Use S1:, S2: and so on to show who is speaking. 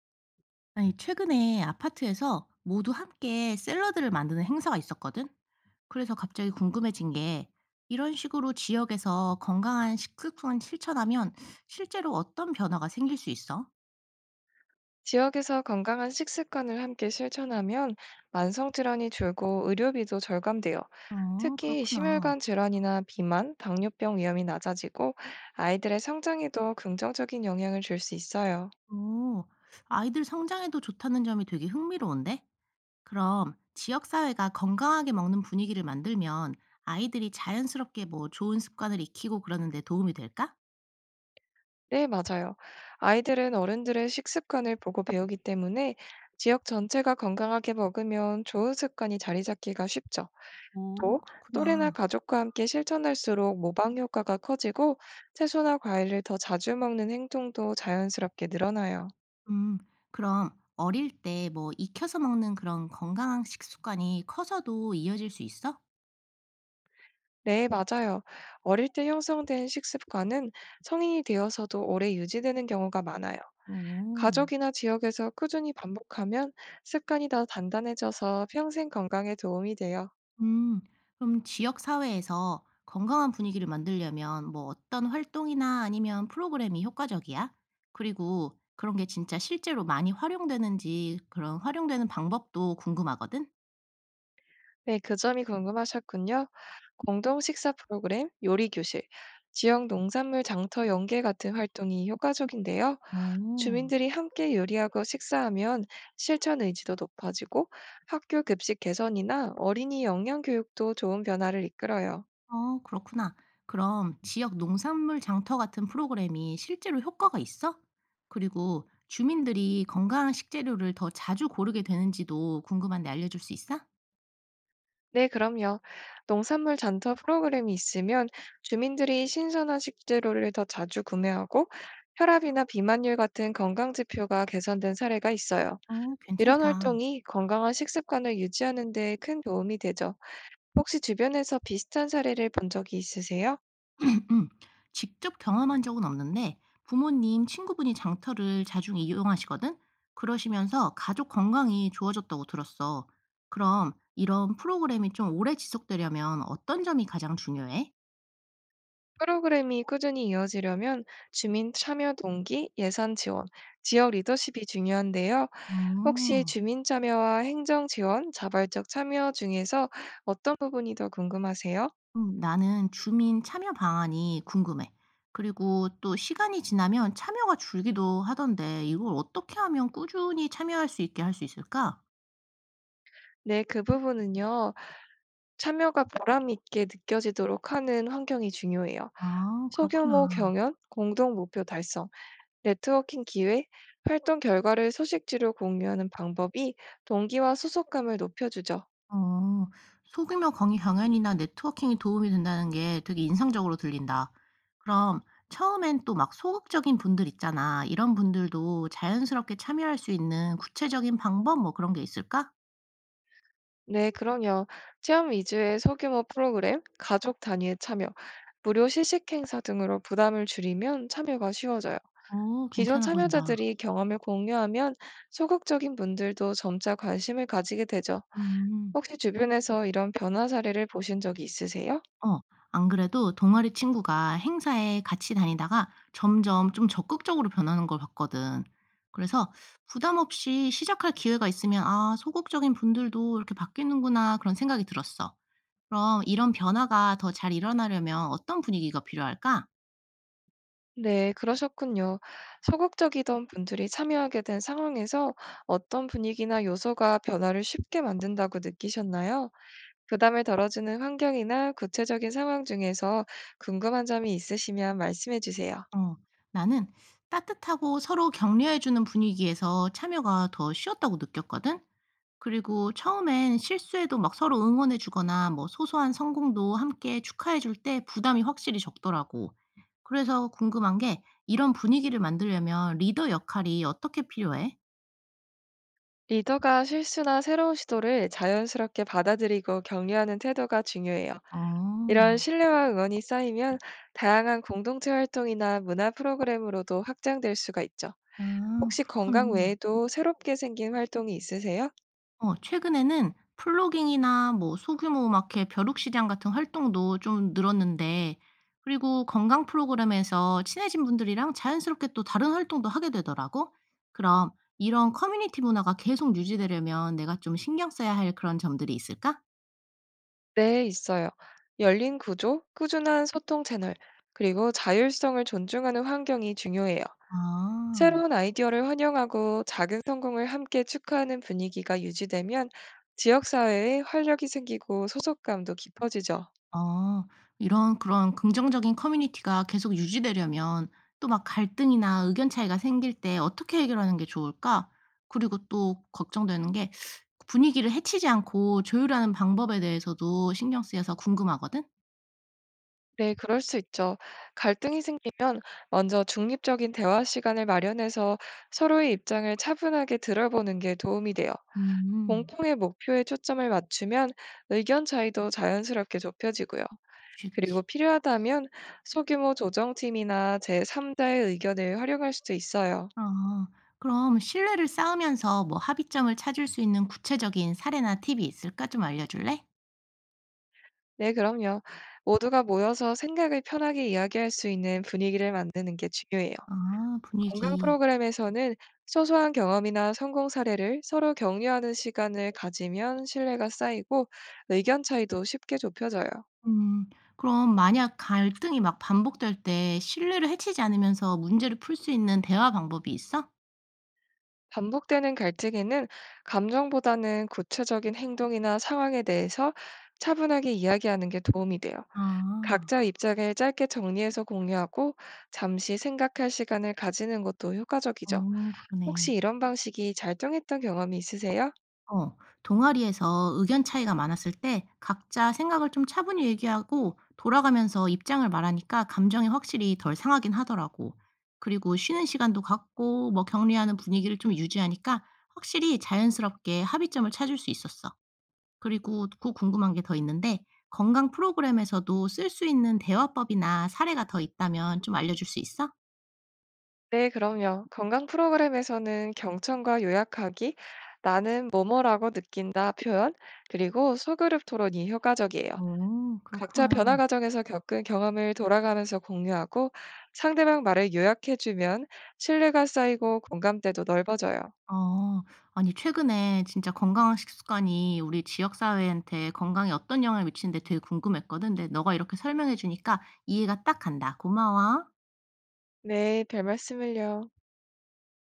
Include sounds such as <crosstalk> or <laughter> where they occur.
S1: 아니, 최근에 아파트에서 모두 함께 샐러드를 만드는 행사가 있었거든? 그래서 갑자기 궁금해진 게, 이런 식으로 지역에서 건강한 식습관을 실천하면 실제로 어떤 변화가 생길 수 있어?
S2: 지역에서 건강한 식습관을 함께 실천하면 만성 질환이 줄고 의료비도 절감돼요.
S1: 어,
S2: 특히 심혈관
S1: 그렇구나.
S2: 질환이나 비만, 당뇨병 위험이 낮아지고 아이들의 성장에도 긍정적인 영향을 줄 수 있어요.
S1: 오, 아이들 성장에도 좋다는 점이 되게 흥미로운데? 그럼 지역사회가 건강하게 먹는 분위기를 만들면 아이들이 자연스럽게 뭐 좋은 습관을 익히고 그러는데 도움이 될까?
S2: 네, 맞아요. 아이들은 어른들의 식습관을 보고 배우기 때문에 지역 전체가 건강하게 먹으면 좋은 습관이 자리 잡기가 쉽죠.
S1: 오,
S2: 또 또래나
S1: 그렇구나.
S2: 가족과 함께 실천할수록 모방 효과가 커지고 채소나 과일을 더 자주 먹는 행동도 자연스럽게 늘어나요.
S1: 음, 그럼 어릴 때 뭐 익혀서 먹는 그런 건강한 식습관이 커서도 이어질 수 있어?
S2: 네, 맞아요. 어릴 때 형성된 식습관은 성인이 되어서도 오래 유지되는 경우가 많아요.
S1: 오.
S2: 가족이나 지역에서 꾸준히 반복하면 습관이 더 단단해져서 평생 건강에 도움이 돼요.
S1: 음, 그럼 지역 사회에서 건강한 분위기를 만들려면 뭐 어떤 활동이나 아니면 프로그램이 효과적이야? 그리고 그런 게 진짜 실제로 많이 활용되는지 그런 활용되는 방법도 궁금하거든?
S2: 네, 그 점이 궁금하셨군요. 공동 식사 프로그램, 요리 교실, 지역 농산물 장터 연계 같은 활동이 효과적인데요.
S1: 오.
S2: 주민들이 함께 요리하고 식사하면 실천 의지도 높아지고 학교 급식 개선이나 어린이 영양 교육도 좋은 변화를 이끌어요.
S1: 어, 그렇구나. 그럼 지역 농산물 장터 같은 프로그램이 실제로 효과가 있어? 그리고 주민들이 건강한 식재료를 더 자주 고르게 되는지도 궁금한데 알려줄 수 있어?
S2: 네, 그럼요. 농산물 잔터 프로그램이 있으면 주민들이 신선한 식재료를 더 자주 구매하고 혈압이나 비만율 같은 건강 지표가 개선된 사례가 있어요.
S1: 어,
S2: 이런
S1: 괜찮다.
S2: 활동이 건강한 식습관을 유지하는 데 큰 도움이 되죠. 혹시 주변에서 비슷한 사례를 본 적이 있으세요?
S1: <clears throat> 음. 직접 경험한 적은 없는데 부모님, 친구분이 장터를 자주 이용하시거든? 그러시면서 가족 건강이 좋아졌다고 들었어. 그럼 이런 프로그램이 좀 오래 지속되려면 어떤 점이 가장 중요해?
S2: 프로그램이 꾸준히 이어지려면 주민 참여 동기, 예산 지원, 지역 리더십이 중요한데요. 혹시
S1: 음.
S2: 주민 참여와 행정 지원, 자발적 참여 중에서 어떤 부분이 더 궁금하세요?
S1: 나는 주민 참여 방안이 궁금해. 그리고 또 시간이 지나면 참여가 줄기도 하던데 이걸 어떻게 하면 꾸준히 참여할 수 있게 할 수 있을까?
S2: 네, 그 부분은요. 참여가 보람 있게 느껴지도록 하는 환경이 중요해요.
S1: 아,
S2: 소규모
S1: 그렇구나.
S2: 경연, 공동 목표 달성, 네트워킹 기회, 활동 결과를 소식지로 공유하는 방법이 동기와 소속감을 높여주죠.
S1: 어, 소규모 강의 경연이나 네트워킹이 도움이 된다는 게 되게 인상적으로 들린다. 그럼 처음엔 또 막 소극적인 분들 있잖아. 이런 분들도 자연스럽게 참여할 수 있는 구체적인 방법 뭐 그런 게 있을까?
S2: 네, 그럼요. 체험 위주의 소규모 프로그램, 가족 단위의 참여, 무료 시식 행사 등으로 부담을 줄이면 참여가 쉬워져요.
S1: 오,
S2: 기존
S1: 괜찮아 보인다.
S2: 참여자들이 경험을 공유하면 소극적인 분들도 점차 관심을 가지게 되죠.
S1: 음.
S2: 혹시 주변에서 이런 변화 사례를 보신 적이 있으세요?
S1: 어. 안 그래도 동아리 친구가 행사에 같이 다니다가 점점 좀 적극적으로 변하는 걸 봤거든. 그래서 부담 없이 시작할 기회가 있으면 '아 소극적인 분들도 이렇게 바뀌는구나.' 그런 생각이 들었어. 그럼 이런 변화가 더 잘 일어나려면 어떤 분위기가 필요할까?
S2: 네, 그러셨군요. 소극적이던 분들이 참여하게 된 상황에서 어떤 분위기나 요소가 변화를 쉽게 만든다고 느끼셨나요? 부담을 덜어주는 환경이나 구체적인 상황 중에서 궁금한 점이 있으시면 말씀해 주세요.
S1: 어. 나는 따뜻하고 서로 격려해 주는 분위기에서 참여가 더 쉬웠다고 느꼈거든. 그리고 처음엔 실수해도 막 서로 응원해 주거나 뭐 소소한 성공도 함께 축하해 줄 때 부담이 확실히 적더라고. 그래서 궁금한 게 이런 분위기를 만들려면 리더 역할이 어떻게 필요해?
S2: 리더가 실수나 새로운 시도를 자연스럽게 받아들이고 격려하는 태도가 중요해요.
S1: 어.
S2: 이런 신뢰와 응원이 쌓이면 다양한 공동체 활동이나 문화 프로그램으로도 확장될 수가 있죠.
S1: 아,
S2: 혹시
S1: 그렇
S2: 건강
S1: 군
S2: 외에도 새롭게 생긴 활동이 있으세요?
S1: 어, 최근에는 플로깅이나 뭐 소규모 음악회 벼룩시장 같은 활동도 좀 늘었는데 그리고 건강 프로그램에서 친해진 분들이랑 자연스럽게 또 다른 활동도 하게 되더라고. 그럼 이런 커뮤니티 문화가 계속 유지되려면 내가 좀 신경 써야 할 그런 점들이 있을까?
S2: 네, 있어요. 열린 구조, 꾸준한 소통 채널, 그리고 자율성을 존중하는 환경이 중요해요.
S1: 아.
S2: 새로운 아이디어를 환영하고 작은 성공을 함께 축하하는 분위기가 유지되면 지역사회에 활력이 생기고 소속감도 깊어지죠.
S1: 어, 이런 그런 긍정적인 커뮤니티가 계속 유지되려면 또 막 갈등이나 의견 차이가 생길 때 어떻게 해결하는 게 좋을까? 그리고 또 걱정되는 게 분위기를 해치지 않고 조율하는 방법에 대해서도 신경 쓰여서 궁금하거든?
S2: 네, 그럴 수 있죠. 갈등이 생기면 먼저 중립적인 대화 시간을 마련해서 서로의 입장을 차분하게 들어보는 게 도움이 돼요.
S1: 음.
S2: 공통의 목표에 초점을 맞추면 의견 차이도 자연스럽게 좁혀지고요.
S1: 그치,
S2: 그리고
S1: 그치.
S2: 필요하다면 소규모 조정팀이나 제3자의 의견을 활용할 수도 있어요.
S1: 아. 그럼 신뢰를 쌓으면서 뭐 합의점을 찾을 수 있는 구체적인 사례나 팁이 있을까? 좀 알려 줄래?
S2: 네, 그럼요. 모두가 모여서 생각을 편하게 이야기할 수 있는 분위기를 만드는 게 중요해요.
S1: 아
S2: 건강
S1: 분위기.
S2: 프로그램에서는 소소한 경험이나 성공 사례를 서로 격려하는 시간을 가지면 신뢰가 쌓이고 의견 차이도 쉽게 좁혀져요.
S1: 음. 그럼 만약 갈등이 막 반복될 때 신뢰를 해치지 않으면서 문제를 풀 수 있는 대화 방법이 있어?
S2: 반복되는 갈등에는 감정보다는 구체적인 행동이나 상황에 대해서 차분하게 이야기하는 게 도움이 돼요.
S1: 아.
S2: 각자 입장을 짧게 정리해서 공유하고 잠시 생각할 시간을 가지는 것도 효과적이죠.
S1: 어,
S2: 혹시
S1: 그러네.
S2: 이런 방식이 잘 통했던 경험이 있으세요?
S1: 어. 동아리에서 의견 차이가 많았을 때 각자 생각을 좀 차분히 얘기하고 돌아가면서 입장을 말하니까 감정이 확실히 덜 상하긴 하더라고. 그리고 쉬는 시간도 갖고 뭐 격리하는 분위기를 좀 유지하니까 확실히 자연스럽게 합의점을 찾을 수 있었어. 그리고 또 궁금한 게 더 있는데 건강 프로그램에서도 쓸 수 있는 대화법이나 사례가 더 있다면 좀 알려줄 수 있어?
S2: 네, 그럼요. 건강 프로그램에서는 경청과 요약하기, 나는 뭐뭐라고 느낀다 표현, 그리고 소그룹 토론이 효과적이에요.
S1: 오,
S2: 각자 변화
S1: 그렇구나.
S2: 과정에서 겪은 경험을 돌아가면서 공유하고 상대방 말을 요약해주면 신뢰가 쌓이고 공감대도 넓어져요.
S1: 어, 아니 최근에 진짜 건강한 식습관이 우리 지역 사회한테 건강에 어떤 영향을 미치는데 되게 궁금했거든. 근데 너가 이렇게 설명해 주니까 이해가 딱 간다. 고마워.
S2: 네, 별 말씀을요.